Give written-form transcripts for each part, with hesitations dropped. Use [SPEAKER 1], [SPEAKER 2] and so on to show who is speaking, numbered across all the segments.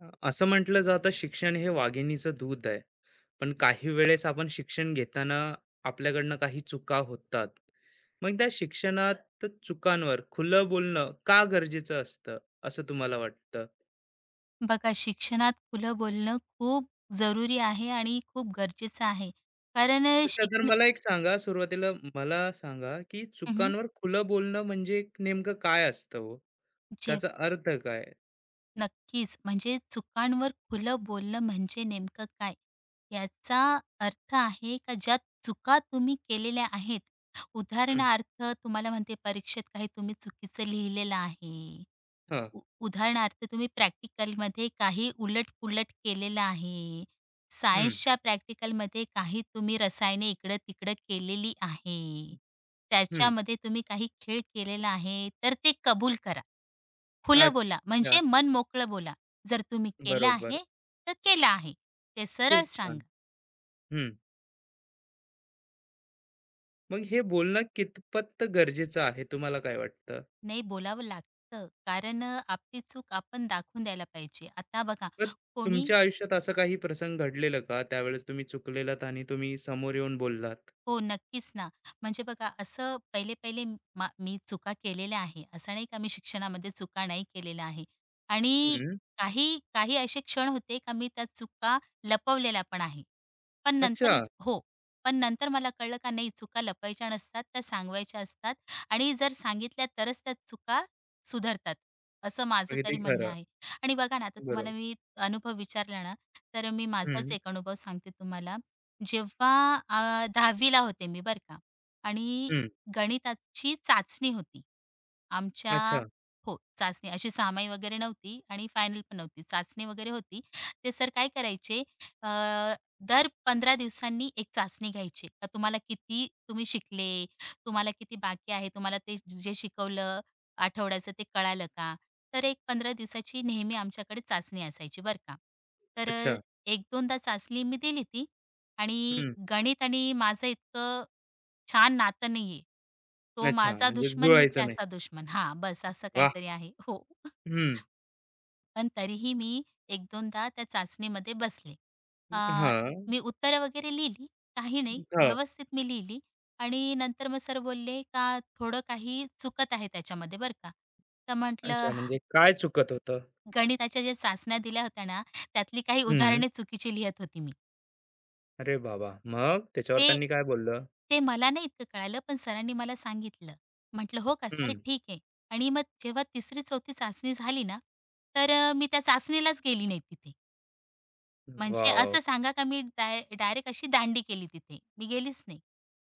[SPEAKER 1] असं म्हटलं जातं शिक्षण हे वाघिणीचं दूध आहे पण काही वेळेस आपण शिक्षण घेताना आपल्याकडनं काही चुका होतात मग त्या शिक्षणात चुकांवर खुलं बोलणं का गरजेचं असतं असं तुम्हाला वाटतं.
[SPEAKER 2] बघा शिक्षणात खुलं बोलणं खूप जरुरी आहे आणि खूप गरजेचं आहे. कारण
[SPEAKER 1] अच्छा, तर
[SPEAKER 2] शिकणे
[SPEAKER 1] मला एक सांगा, सुरुवातीला मला सांगा की
[SPEAKER 2] हं,
[SPEAKER 1] चुकांवर खुलं बोलणं म्हणजे नेमकं काय असतं हो?
[SPEAKER 2] जे
[SPEAKER 1] त्याचा अर्थ काय?
[SPEAKER 2] नक्कीच म्हणजे चुकांवर खुलं बोलणं म्हणजे नेमकं काय? याचा अर्थ आहे का ज्या चुका तुम्ही केलेल्या आहेत,
[SPEAKER 1] हं,
[SPEAKER 2] उदाहरणार्थ तुम्हाला म्हणते परीक्षेत काही तुम्ही चुकीचं लिहिलेलं आहे
[SPEAKER 1] हं,
[SPEAKER 2] उ उदाहरणार्थ तुम्ही प्रॅक्टिकलमध्ये काही उलट-पुलट केलेलं आहे.
[SPEAKER 1] हं,
[SPEAKER 2] सायन्सच्या प्रॅक्टिकलमध्ये काही तुम्ही रसायने इकडं-तिकडं केलेली आहे.
[SPEAKER 1] हं,
[SPEAKER 2] त्याच्यामध्ये तुम्ही काही खेळ केलेला आहे, तर ते कबूल करा. खुलं बोला,
[SPEAKER 1] अच्छा,
[SPEAKER 2] म्हणजे मन मोकळं बोला. जर तुम्ही केलं
[SPEAKER 1] बरोबर.
[SPEAKER 2] आहे, तर केलं आहे. ते सरळ
[SPEAKER 1] खूप छान.
[SPEAKER 2] सांगा.
[SPEAKER 1] हं, मग हे
[SPEAKER 2] म्हणजे
[SPEAKER 1] बोलणं कितपत गरजेचं आहे तुम्हाला काय वाटतं?
[SPEAKER 2] नाही बोलावं लागतं. कारण आपली चूक आपण दाखवून द्यायला पाहिजे. आता बघा
[SPEAKER 1] तर
[SPEAKER 2] कोणी
[SPEAKER 1] तुमच्या आयुष्यात असं काही प्रसंग घडलेलं का? त्यावेळेस तुम्ही चुकलेलात आणि तुम्ही समोर येऊन बोललात?
[SPEAKER 2] हो, नक्कीच ना. म्हणजे बघा असं पहिले-पहिले मी चुका केलेल्या आहे. असं नाही का मी शिक्षणामध्ये चुका नाही केलेल्या आहे. आणि
[SPEAKER 1] हं.
[SPEAKER 2] काही काही असे क्षण होते का मी त्या चुका लपवलेल्या पण आहे. पण नंतर
[SPEAKER 1] अच्छा.
[SPEAKER 2] हो. पण नंतर मला कळलं का नाही चुका लपवायच्या नसतात, त्या सांगवायच्या असतात आणि जर सांगितल्या तरच त्या चुका सुधारतात. असं माझं
[SPEAKER 1] अगदी
[SPEAKER 2] तरी म्हणणं
[SPEAKER 1] खरं.
[SPEAKER 2] आहे. आणि बघा ना आता तुम्हाला
[SPEAKER 1] बरोबर.
[SPEAKER 2] मी अनुभव विचारला ना, तर मी
[SPEAKER 1] हं,
[SPEAKER 2] माझाच एक अनुभव सांगते तुम्हाला. जेव्हा 10वी होते मी बरं का आणि
[SPEAKER 1] हं.
[SPEAKER 2] गणिताची चाचणी होती. आमच्या
[SPEAKER 1] अच्छा,
[SPEAKER 2] हो, चाचणी अशी सामाई वगैरे नव्हती आणि फायनल पण नव्हती. चाचणी वगैरे होती. ते सर काय करायचे अ, दर 15 दिवसांनी एक चाचणी घ्यायची. का तुम्हाला किती तुम्ही शिकले, तुम्हाला किती बाकी आहे, तुम्हाला ते जे शिकवलं आठवड्याचं ते कळालं का? तर एक 15 दिवसाची नेहमी आमच्याकडे चाचणी असायची बरं का. तर
[SPEAKER 1] अच्छा.
[SPEAKER 2] 1-2दा चाचणी मी दिली ती. आणि
[SPEAKER 1] हं.
[SPEAKER 2] गणित आणि माझं इतकं छान नातं नाहीये. तो
[SPEAKER 1] अच्छा.
[SPEAKER 2] माझा
[SPEAKER 1] म्हणजे
[SPEAKER 2] दुश्मन, मी
[SPEAKER 1] जुळायचं नाही.
[SPEAKER 2] त्याचा दुश्मन. हां, बस असं
[SPEAKER 1] वा.
[SPEAKER 2] काहीतरी आहे. हो.
[SPEAKER 1] हं.
[SPEAKER 2] पण तरीही मी एक 2दा त्या चाचणीमध्ये बसले. अ,
[SPEAKER 1] हां,
[SPEAKER 2] मी उत्तरं वगैरे लिहिली, काही नाही,
[SPEAKER 1] हां.
[SPEAKER 2] व्यवस्थित मी लिहिली आणि नंतर मग सर बोलले का थोडं काही चुकत आहे त्याच्यामध्ये बरं का. तर म्हटलं
[SPEAKER 1] अच्छा, म्हणजे काय चुकत होतं?
[SPEAKER 2] गणिताच्या ज्या चाचण्या दिल्या होत्या ना, त्यातली काही
[SPEAKER 1] हं.
[SPEAKER 2] उदाहरणे चुकीची लिहित होती मी.
[SPEAKER 1] अरे बाबा! मग त्याच्यावर
[SPEAKER 2] ते
[SPEAKER 1] त्यांनी काय बोललं?
[SPEAKER 2] ते मला नाही इतकं कळालं, पण सरांनी मला सांगितलं. म्हटलं, "हो का सर?
[SPEAKER 1] हं.
[SPEAKER 2] ठीक आहे." आणि मग जेव्हा 3री-4थी चाचणी झाली ना, तर मी त्या चाचणीलाच गेली नाही तिथे. म्हणजे
[SPEAKER 1] वॉव!
[SPEAKER 2] असं सांगा का मी डायरेक्ट अशी दांडी केली तिथे. मी गेलीच नाही.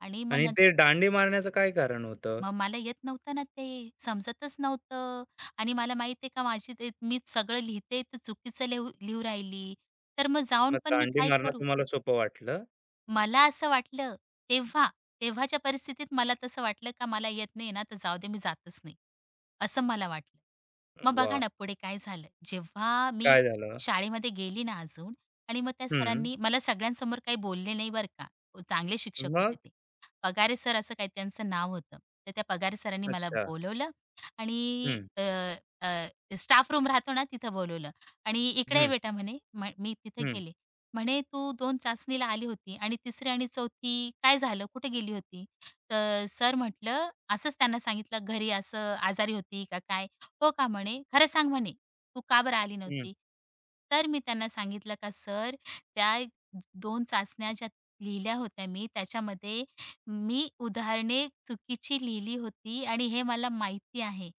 [SPEAKER 2] आणि मग
[SPEAKER 1] आणि ते दांडी मारण्याचं काय कारण होतं?
[SPEAKER 2] मग मला येत नव्हतं ना ते, समजतच नव्हतं आणि मला माहीत आहे का माझी ते मी सगळं लिहिते, तर चुकीचं लिहू लिहू राहिली. तर मग जाऊन
[SPEAKER 1] मग
[SPEAKER 2] पण मी
[SPEAKER 1] दांडी
[SPEAKER 2] काय
[SPEAKER 1] मारणं
[SPEAKER 2] करू?
[SPEAKER 1] तुम्हाला सोपं वाटलं.
[SPEAKER 2] मला असं वाटलं तेव्हा, तेव्हाच्या परिस्थितीत मला तसं वाटलं का मला येत नाही ना, तर जाऊ दे मी जातच नाही, असं मला वाटलं. मग बघा
[SPEAKER 1] वाह!
[SPEAKER 2] ना पुढे काय झालं. जेव्हा मी
[SPEAKER 1] काय झालं?
[SPEAKER 2] शाळेमध्ये गेली ना अजून आणि मग त्या
[SPEAKER 1] हं.
[SPEAKER 2] सरांनी मला सगळ्यांसमोर काही बोलले नाही बरं का. चांगले शिक्षक होते
[SPEAKER 1] मग?
[SPEAKER 2] ते. पगारे सर असं काही त्यांचं नाव होतं. तर त्या पगारे सरांनी मला
[SPEAKER 1] अच्छा.
[SPEAKER 2] बोलवलं आणि
[SPEAKER 1] हं,
[SPEAKER 2] अ, अ, स्टाफ रूम राहतो ना तिथं बोलवलं आणि "इकडे ये
[SPEAKER 1] हं,
[SPEAKER 2] बेटा" म्हणे. मी तिथे
[SPEAKER 1] हं,
[SPEAKER 2] गेले. म्हणे तू दोन चाचणीला आली होती आणि 3री आणि 4थी काय झालं? कुठे गेली होती? तर सर म्हटलं असंच त्यांना सांगितलं घरी असं आजारी होती का काय? हो का म्हणे. खरं सांग म्हणे, तू का बरं आली
[SPEAKER 1] हं,
[SPEAKER 2] नव्हती? तर मी त्यांना सांगितलं का सर त्या 2 चाचण्या ज्या लिहिल्या होत्या मी त्याच्यामध्ये मी उदाहरणे चुकीची लिहिली होती आणि हे मला माहिती आहे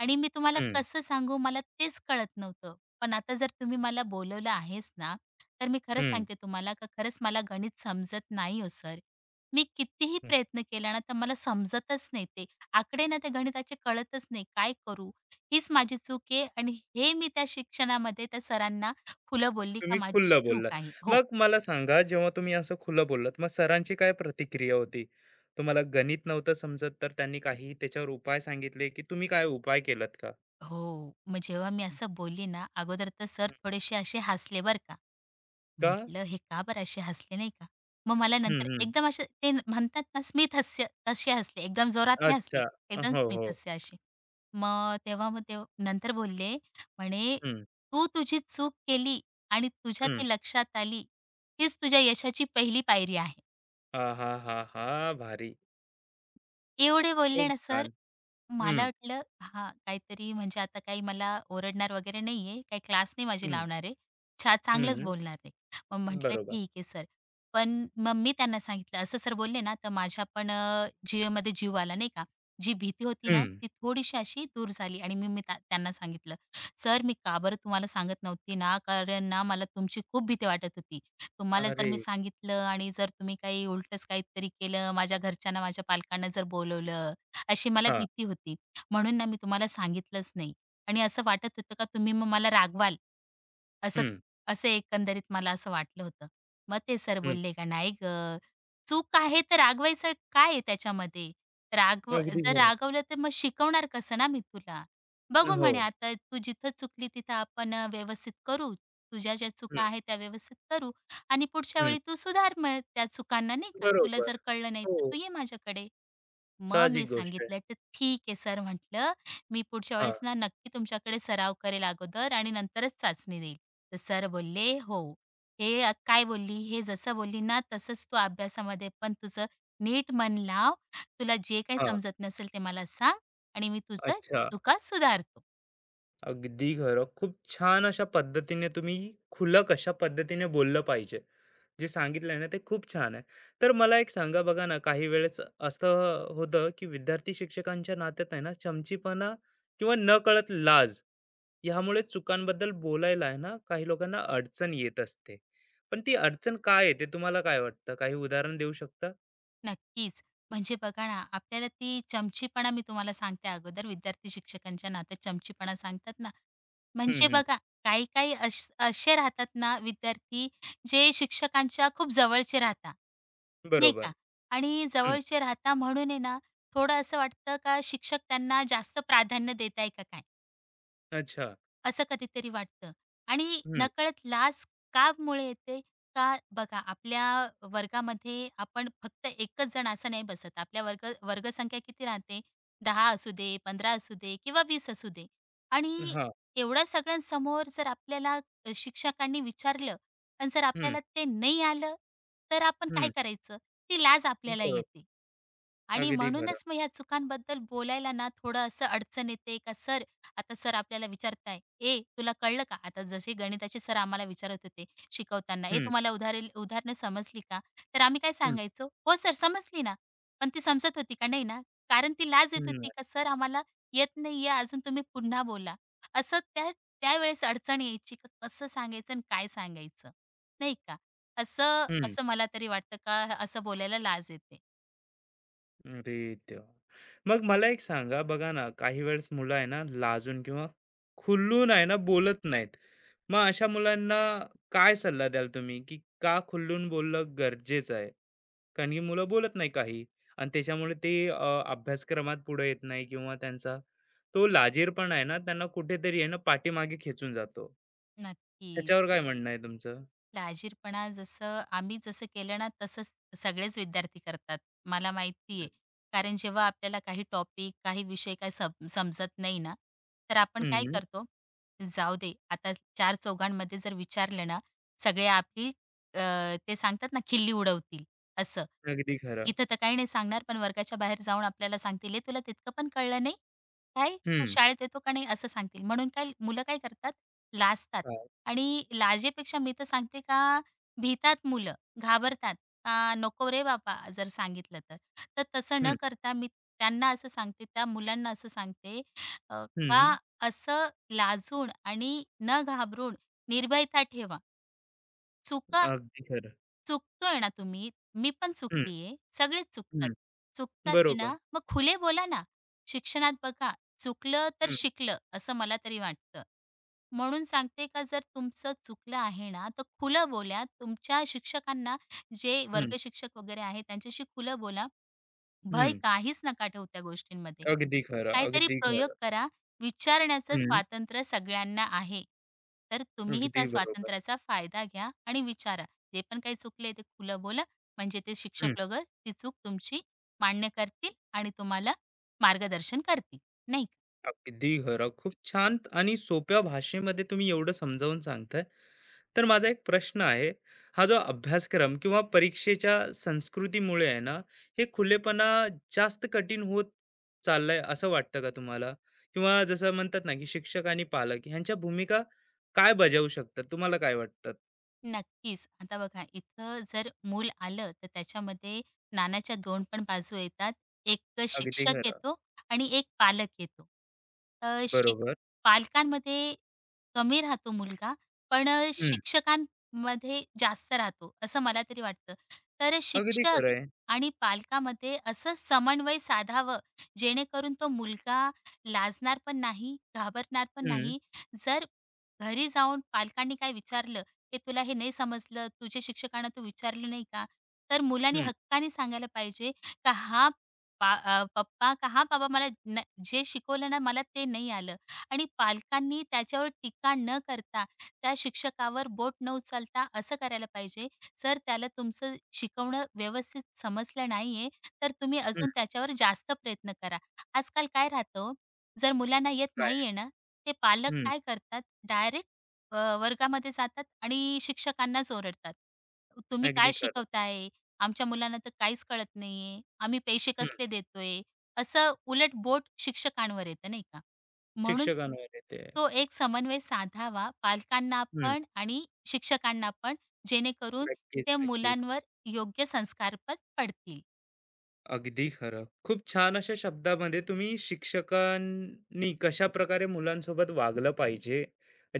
[SPEAKER 2] आणि मी तुम्हाला
[SPEAKER 1] हं,
[SPEAKER 2] कसं सांगू मला तेच कळत नव्हतं. पण आता जर तुम्ही मला बोलवलं आहेस ना, तर मी खरंच
[SPEAKER 1] हं,
[SPEAKER 2] सांगते तुम्हाला का खरंच मला गणित समजत नाही हो सर. मी कितीही
[SPEAKER 1] हं.
[SPEAKER 2] प्रयत्न केला ना, तर मला समजतच नाही ते. आकडे ना ते गणिताचे कळतच नाही. काय करू? हीच माझी चूक आहे आणि हे मी त्या शिक्षणामध्ये त्या सरांना खुलं बोलली का
[SPEAKER 1] तुम्ही
[SPEAKER 2] माझी
[SPEAKER 1] खुलं
[SPEAKER 2] चूक
[SPEAKER 1] बोललात.
[SPEAKER 2] आहे. हो.
[SPEAKER 1] मग मला सांगा, जेव्हा तुम्ही असं खुलं बोललात, मग सरांची काय प्रतिक्रिया होती? तुम्हाला गणित नव्हतं समजत तर त्यांनी काही त्याच्यावर उपाय सांगितले, की तुम्ही काय उपाय केलात का?
[SPEAKER 2] हो. मग जेव्हा मी असं बोलली ना, अगोदर तर सर
[SPEAKER 1] हं.
[SPEAKER 2] थोडेसे असे हसले बरं का.
[SPEAKER 1] का?
[SPEAKER 2] म्हटलं हे का बरं असे हसले नाही का? मग मला
[SPEAKER 1] हं,
[SPEAKER 2] नंतर
[SPEAKER 1] हं.
[SPEAKER 2] एकदम असे ते म्हणतात ना स्मित हास्य तसे हसले. एकदम जोरात नाही हसले.
[SPEAKER 1] अच्छा.
[SPEAKER 2] एकदम
[SPEAKER 1] हो,
[SPEAKER 2] स्मित
[SPEAKER 1] हो.
[SPEAKER 2] हास्य असे. मग तेव्हा मग ते नंतर बोलले म्हणे,
[SPEAKER 1] हं,
[SPEAKER 2] "तू तुझी चूक केली आणि तुझ्या
[SPEAKER 1] हं.
[SPEAKER 2] ती लक्षात आली. हीच तुझ्या यशाची पहिली पायरी आहे."
[SPEAKER 1] आहाहाहा! भारी.
[SPEAKER 2] एवढे बोलले
[SPEAKER 1] खूप
[SPEAKER 2] ना सर
[SPEAKER 1] छान.
[SPEAKER 2] मला
[SPEAKER 1] हं,
[SPEAKER 2] वाटलं हां, काहीतरी म्हणजे आता काही मला ओरडणार वगैरे नाहीये, काही क्लास नाही माझी
[SPEAKER 1] हं,
[SPEAKER 2] लावणार आहे. छान चांगलंच
[SPEAKER 1] हं.
[SPEAKER 2] बोलणार आहे. मग म्हटलं
[SPEAKER 1] बरोबर.
[SPEAKER 2] ठीक आहे सर. पण मग मी त्यांना सांगितलं असं सर बोलले ना, तर माझ्या पण जीवेमध्ये जीव आला नाही का. जी भीती होती ना,
[SPEAKER 1] हं.
[SPEAKER 2] ती थोडीशी अशी दूर झाली आणि मी मी त्या त्यांना सांगितलं, "सर मी का बरं तुम्हाला सांगत नव्हती ना, कारण ना मला तुमची खूप भीती वाटत होती. तुम्हाला जर
[SPEAKER 1] अरे!
[SPEAKER 2] मी सांगितलं आणि जर तुम्ही काही उलटंच काहीतरी केलं, माझ्या घरच्यांना, माझ्या पालकांना जर बोलवलं अशी मला
[SPEAKER 1] हां.
[SPEAKER 2] भीती होती. म्हणून ना मी तुम्हाला सांगितलंच नाही आणि असं वाटत होतं का तुम्ही मग मला रागवाल. असं
[SPEAKER 1] हं,
[SPEAKER 2] असं एकंदरीत मला असं वाटलं होतं. मग ते सर
[SPEAKER 1] हं.
[SPEAKER 2] बोलले का "नाही गं, चूक आहे तर रागवायचं काय आहे त्याच्यामध्ये?
[SPEAKER 1] अगदी
[SPEAKER 2] जर
[SPEAKER 1] खरं.
[SPEAKER 2] रागवलं तर मग शिकवणार कसं ना मी तुला? बघू
[SPEAKER 1] हो.
[SPEAKER 2] म्हणे आता तू जिथं चुकली तिथं आपण व्यवस्थित करू. तुझ्या ज्या
[SPEAKER 1] हं,
[SPEAKER 2] चुका आहेत त्या व्यवस्थित करू आणि पुढच्या
[SPEAKER 1] हं.
[SPEAKER 2] वेळी तू सुधार मग त्या चुकांना नाही का? तुला
[SPEAKER 1] बरोबर.
[SPEAKER 2] जर कळलं नाही तर
[SPEAKER 1] हो,
[SPEAKER 2] तू ये माझ्याकडे." मग मी
[SPEAKER 1] साहजिक गोष्ट आहे.
[SPEAKER 2] सांगितलं, "तर ठीक आहे सर," म्हटलं, "मी पुढच्या
[SPEAKER 1] हां,
[SPEAKER 2] वेळेस ना नक्की तुमच्याकडे सराव करेल अगोदर आणि नंतरच चाचणी देईल." तर सर बोलले, "हो, हे काय बोलली, हे जसं बोलली ना तसंच तू अभ्यासामध्ये पण तुझं नीट मन लाव. तुला जे काही
[SPEAKER 1] हां.
[SPEAKER 2] समजत नसेल ते मला सांग आणि मी तुझं
[SPEAKER 1] अच्छा.
[SPEAKER 2] चुका सुधारतो."
[SPEAKER 1] अगदी खरं. खूप छान अशा पद्धतीने तुम्ही खुलं कशा पद्धतीने बोललं पाहिजे. जे सांगितलंय ना ते खूप छान आहे. तर मला एक सांगा, बघा ना, काही वेळेस असं होतं, की विद्यार्थी शिक्षकांच्या नात्यात आहे ना, चमचीपणा किंवा नकळत लाज ह्यामुळे चुकांबद्दल बोलायला आहे ना, काही लोकांना अडचण येत असते. पण ती अडचण काय येते तुम्हाला काय वाटतं? काही उदाहरण देऊ शकता?
[SPEAKER 2] नक्कीच. म्हणजे बघा ना, आपल्याला ती चमचीपणा मी तुम्हाला सांगते अगोदर विद्यार्थी शिक्षकांच्या नात्यात चमचीपणा सांगतात ना, म्हणजे
[SPEAKER 1] हं, हं.
[SPEAKER 2] बघा, काही-काही असे राहतात ना विद्यार्थी, जे शिक्षकांच्या खूप जवळचे राहता, नाही का?
[SPEAKER 1] बरोबर.
[SPEAKER 2] आणि
[SPEAKER 1] हं.
[SPEAKER 2] जवळचे राहता म्हणून आहे ना, थोडं असं वाटतं का शिक्षक त्यांना जास्त प्राधान्य देत आहे का काय?
[SPEAKER 1] अच्छा.
[SPEAKER 2] असं कधीतरी वाटतं आणि
[SPEAKER 1] हं.
[SPEAKER 2] नकळत लाज का मुळे येते का बघा आपल्या वर्गामध्ये आपण फक्त एकच जण असं नाही बसत आपल्या वर्गसंख्या किती राहते 10 असू दे 15 असू दे किंवा 20 असू दे आणि
[SPEAKER 1] हां.
[SPEAKER 2] एवढ्या सगळ्यांसमोर जर आपल्याला शिक्षकांनी विचारलं आणि जर
[SPEAKER 1] हं,
[SPEAKER 2] आपल्याला ते नाही आलं तर आपण काय
[SPEAKER 1] हं.
[SPEAKER 2] करायचं ती लाज आपल्याला
[SPEAKER 1] बरोबर.
[SPEAKER 2] येते आणि
[SPEAKER 1] अगदी खरं.
[SPEAKER 2] म्हणूनच मग ह्या चुकांबद्दल बोलायला ना थोडं असं अडचण येते का सर आता सर आपल्याला विचारताय, "ए तुला कळलं का?" आता जसे गणिताचे सर आम्हाला विचारत होते शिकवताना, "ए
[SPEAKER 1] हं,
[SPEAKER 2] तुम्हाला उदाहरणं समजली का?" तर आम्ही काय
[SPEAKER 1] हं.
[SPEAKER 2] सांगायचो, "हो सर समजली ना." पण ती समजत होती का? नाही ना. कारण ती लाज येत
[SPEAKER 1] हं,
[SPEAKER 2] होती का, "सर आम्हाला येत नाहीये अजून तुम्ही पुन्हा बोला." असं त्या त्यावेळेस अडचण यायची का कसं सांगायचं आणि काय सांगायचं, नाही का? असं
[SPEAKER 1] हं.
[SPEAKER 2] असं मला तरी वाटतं का असं बोलायला लाज येते.
[SPEAKER 1] अरे देवा! मग मला एक सांगा, बघा ना, काही वेळेस मुलं आहे ना, लाजून किंवा खुलून आहे ना, बोलत नाहीत. मग अशा मुलांना काय सल्ला द्याल तुम्ही, की का खुलून बोलणं गरजेचं आहे? कारण की मुलं बोलत नाही काही आणि त्याच्यामुळे ते अभ्यासक्रमात पुढे येत नाही किंवा त्यांचा तो लाजिरपणा आहे ना, त्यांना कुठेतरी आहे ना, पाठीमागे खेचून जातो. त्याच्यावर
[SPEAKER 2] नक्कीच.
[SPEAKER 1] काय म्हणणं आहे तुमचं?
[SPEAKER 2] लाजीरपणा जसं आम्ही जसं केलं ना, तसंच सगळेच विद्यार्थी करतात. मला माहिती आहे. कारण जेव्हा आपल्याला काही टॉपिक, काही विषय काही समजत नाही ना, तर आपण काय
[SPEAKER 1] हं,
[SPEAKER 2] करतो, जाऊ दे आता चार चौघांमध्ये जर विचारलं ना, सगळे आपली अ, ते सांगतात ना, खिल्ली उडवतील असं.
[SPEAKER 1] अगदी खरं.
[SPEAKER 2] इथं तर काही नाही सांगणार, पण वर्गाच्या बाहेर जाऊन आपल्याला सांगतील, "हे तुला तितकं पण कळलं नाही? काय? तू
[SPEAKER 1] हं.
[SPEAKER 2] शाळेत येतो का नाही?" असं सांगतील. म्हणून काय मुलं काय करतात, लाजतात
[SPEAKER 1] हां.
[SPEAKER 2] आणि लाजेपेक्षा मी तर सांगते का भीतात मुलं, घाबरतात का नको रे बाबा जर सांगितलं तर. तर तसं न
[SPEAKER 1] हं,
[SPEAKER 2] करता मी त्यांना असं सांगते, त्या मुलांना असं सांगते अ,
[SPEAKER 1] हं.
[SPEAKER 2] का असं लाजून आणि न घाबरून निर्भयता ठेवा. चुका
[SPEAKER 1] अगदी खरं.
[SPEAKER 2] चुकतोय ना तुम्ही, मी पण
[SPEAKER 1] हं,
[SPEAKER 2] चुकली सगळेच चुकतात.
[SPEAKER 1] हं.
[SPEAKER 2] चुकतात आहे ना,
[SPEAKER 1] बरोबर.
[SPEAKER 2] मग खुले बोला ना. शिक्षणात बघा, चुकलं तर
[SPEAKER 1] हं,
[SPEAKER 2] शिकलं असं मला तरी वाटतं. म्हणून सांगते का जर तुमचं चुकलं आहे ना, तर खुलं बोला. तुमच्या शिक्षकांना जे
[SPEAKER 1] हं,
[SPEAKER 2] वर्ग शिक्षक वगैरे आहेत त्यांच्याशी खुलं बोला. भय
[SPEAKER 1] हं.
[SPEAKER 2] काहीच नका ठेवू त्या गोष्टींमध्ये.
[SPEAKER 1] अगदी खरं,
[SPEAKER 2] काहीतरी
[SPEAKER 1] अगदी
[SPEAKER 2] प्रयोग
[SPEAKER 1] खरं.
[SPEAKER 2] करा. विचारण्याचं
[SPEAKER 1] हं,
[SPEAKER 2] स्वातंत्र्य सगळ्यांना आहे. तर तुम्हीही त्या
[SPEAKER 1] अगदी बरोबर.
[SPEAKER 2] स्वातंत्र्याचा फायदा घ्या आणि विचारा. जे पण काही चुकले ते खुलं बोला. म्हणजे ते
[SPEAKER 1] हं,
[SPEAKER 2] शिक्षक लोकं ती चूक तुमची मान्य करतील आणि तुम्हाला मार्गदर्शन करतील, नाही का?
[SPEAKER 1] अगदी खरं. खूप छान आणि सोप्या भाषेमध्ये तुम्ही एवढं समजावून सांगताय. तर माझा एक प्रश्न आहे, हा जो अभ्यासक्रम किंवा परीक्षेच्या संस्कृतीमुळे आहे ना, हे खुलेपणा जास्त कठीण होत चाललंय असं वाटतं का तुम्हाला? किंवा जसं म्हणतात ना, की शिक्षक आणि पालक ह्यांच्या भूमिका काय बजावू शकतात? तुम्हाला काय वाटतं?
[SPEAKER 2] नक्कीच. आता बघा इथं जर मूल आलं, तर त्याच्यामध्ये नाण्याच्या 2 पण बाजू येतात. एक
[SPEAKER 1] अगदी
[SPEAKER 2] शिक्षक
[SPEAKER 1] खरं.
[SPEAKER 2] येतो आणि एक पालक येतो. अ, शिक
[SPEAKER 1] बरोबर.
[SPEAKER 2] पालकांमध्ये कमी राहतो मुलगा, पण शिक्षकांमध्ये जास्त राहतो, असं मला तरी वाटतं. तर
[SPEAKER 1] अगदी
[SPEAKER 2] शिक्षक
[SPEAKER 1] खरं आहे.
[SPEAKER 2] आणि पालकामध्ये असं समन्वय साधावं, जेणेकरून तो मुलगा लाजणार पण नाही, घाबरणार पण
[SPEAKER 1] हं,
[SPEAKER 2] नाही. जर घरी जाऊन पालकांनी काय विचारलं, हे तुला हे नाही समजलं, तुझ्या शिक्षकांना तू विचारलं नाही का? तर मुलांनी
[SPEAKER 1] हं,
[SPEAKER 2] हक्काने सांगायला पाहिजे का हा पप्पा का हा बाबा मला जे शिकवलं ना मला ते नाही आलं. आणि पालकांनी त्याच्यावर टीका न करता, त्या शिक्षकावर बोट न उचलता असं करायला पाहिजे. "सर त्याला तुमचं शिकवणं व्यवस्थित समजलं नाहीये, तर तुम्ही
[SPEAKER 1] हं.
[SPEAKER 2] अजून त्याच्यावर जास्त प्रयत्न करा." आजकाल काय राहतं हो, जर मुलांना येत
[SPEAKER 1] काय?
[SPEAKER 2] नाहीये ना, ते पालक
[SPEAKER 1] हं.
[SPEAKER 2] काय करतात डायरेक्ट वर्गामध्ये जातात आणि शिक्षकांनाच ओरडतात. तुम्ही
[SPEAKER 1] अगदी
[SPEAKER 2] काय
[SPEAKER 1] खरं.
[SPEAKER 2] शिकवताय? आमच्या मुलांना तर काहीच कळत नाहीये. आम्ही पैसे
[SPEAKER 1] हं.
[SPEAKER 2] कसले देतोय? असं उलट बोट शिक्षकांवर येतं नाही का? म्हणून
[SPEAKER 1] शिक्षकांवर येते.
[SPEAKER 2] तो एक समन्वय साधावा पालकांना
[SPEAKER 1] हं.
[SPEAKER 2] पण आणि शिक्षकांना पण, जेणेकरून
[SPEAKER 1] नक्कीच,
[SPEAKER 2] त्या
[SPEAKER 1] नक्कीच.
[SPEAKER 2] मुलांवर योग्य संस्कार पण पडतील.
[SPEAKER 1] अगदी खरं. खूप छान अशा शब्दामध्ये तुम्ही शिक्षकांनी कशाप्रकारे मुलांसोबत वागलं पाहिजे,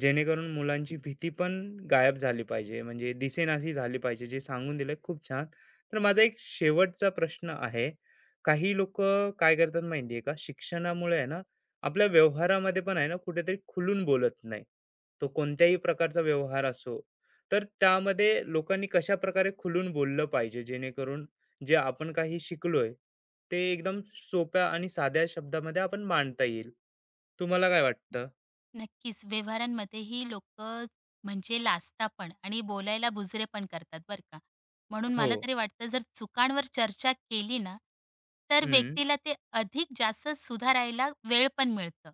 [SPEAKER 1] जेणेकरून मुलांची भीती पण गायब झाली पाहिजे, म्हणजे दिसेनाशी झाली पाहिजे, जे सांगून दिलं खूप छान. तर माझा एक शेवटचा प्रश्न आहे. काही लोकं काय करतात माहिती का, शिक्षणामुळे आहे ना, आपल्या व्यवहारामध्ये पण आहे ना, कुठेतरी खुलून बोलत नाही. तो कोणत्याही प्रकारचा व्यवहार असो, तर त्यामध्ये लोकांनी कशाप्रकारे खुलून बोललं पाहिजे, जेणेकरून जे आपण काही शिकलोय ते एकदम सोप्या आणि साध्या शब्दामध्ये आपण मांडता येईल. तुम्हाला काय वाटतं?
[SPEAKER 2] नक्कीच. व्यवहारांमध्येही लोकं म्हणजे लाजता पण आणि बोलायला बुजरे पण करतात बरं का. म्हणून
[SPEAKER 1] हो.
[SPEAKER 2] मला तरी वाटतं जर चुकांवर चर्चा केली ना, तर
[SPEAKER 1] हं.
[SPEAKER 2] व्यक्तीला ते अधिक जास्त सुधारायला वेळ पण मिळतं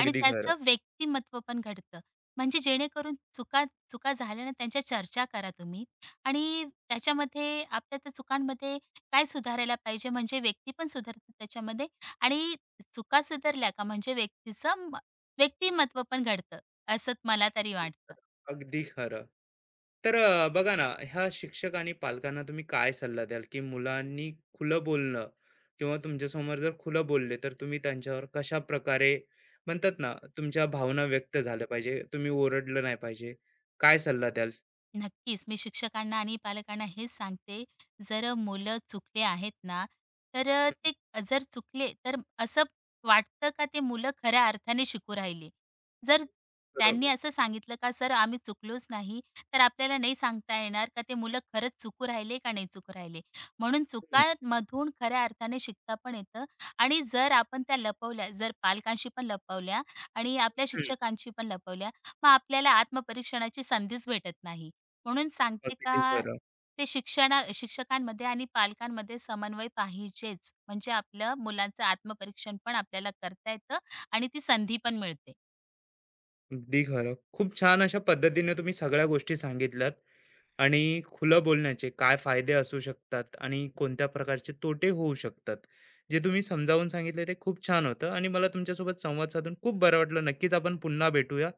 [SPEAKER 2] आणि
[SPEAKER 1] अगदी खरं.
[SPEAKER 2] त्याचं व्यक्तिमत्व पण घडतं. म्हणजे जेणेकरून चुका चुका झाल्या ना त्यांच्या चर्चा करा तुम्ही आणि त्याच्यामध्ये आपल्या त्या चुकांमध्ये काय सुधारायला पाहिजे म्हणजे व्यक्ती पण सुधारते त्याच्यामध्ये आणि चुका सुधारल्या का म्हणजे व्यक्तीचं व्यक्तिमत्व पण घडतं, असं मला तरी वाटतं.
[SPEAKER 1] अगदी खरं. तर बघा ना, ह्या शिक्षक आणि पालकांना तुम्ही काय सल्ला द्याल, की मुलांनी खुलं बोलणं किंवा तुमच्यासमोर जर खुलं बोलले, तर तुम्ही त्यांच्यावर कशाप्रकारे म्हणतात ना, तुमच्या भावना व्यक्त झाल्या पाहिजे, तुम्ही ओरडलं नाही पाहिजे. काय सल्ला द्याल?
[SPEAKER 2] नक्कीच. मी शिक्षकांना आणि पालकांना हेच सांगते, जर मुलं चुकले आहेत ना, तर
[SPEAKER 1] हं.
[SPEAKER 2] ते जर चुकले, तर असं वाटतं का ते मुलं खऱ्या अर्थाने शिकू राहिले. जर त्यांनी
[SPEAKER 1] बरोबर.
[SPEAKER 2] असं सांगितलं का "सर आम्ही चुकलोच नाही," तर आपल्याला नाही सांगता येणार का ते मुलं खरंच चुकू राहिले का नाही चुकू राहिले. म्हणून
[SPEAKER 1] हं,
[SPEAKER 2] चुकांमधून खऱ्या अर्थाने शिकता पण येतं आणि जर आपण त्या लपवल्या, जर पालकांशी पण लपवल्या आणि आपल्या
[SPEAKER 1] हं.
[SPEAKER 2] शिक्षकांशी पण लपवल्या, मग आपल्याला आत्मपरीक्षणाची संधीच भेटत नाही. म्हणून सांगते
[SPEAKER 1] अगदी
[SPEAKER 2] का
[SPEAKER 1] खरं.
[SPEAKER 2] ते शिक्षकांमध्ये आणि पालकांमध्ये समन्वय पाहिजेच. म्हणजे आपलं मुलांचं आत्मपरीक्षण पण आपल्याला करता येतं आणि ती संधी पण मिळते.
[SPEAKER 1] अगदी खरं. खूप छान अशा पद्धतीने तुम्ही सगळ्या गोष्टी सांगितल्यात आणि खुलं बोलण्याचे काय फायदे असू शकतात आणि कोणत्या प्रकारचे तोटे होऊ शकतात. जे तुम्ही समजावून सांगितले ते खूप छान होतं आणि मला तुमच्यासोबत संवाद साधून खूप बरं वाटलं. नक्कीच आपण पुन्हा भेटूया.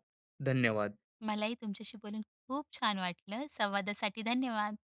[SPEAKER 1] धन्यवाद.
[SPEAKER 2] मलाही तुमच्याशी बोलून खूप छान वाटलं. संवादासाठी धन्यवाद.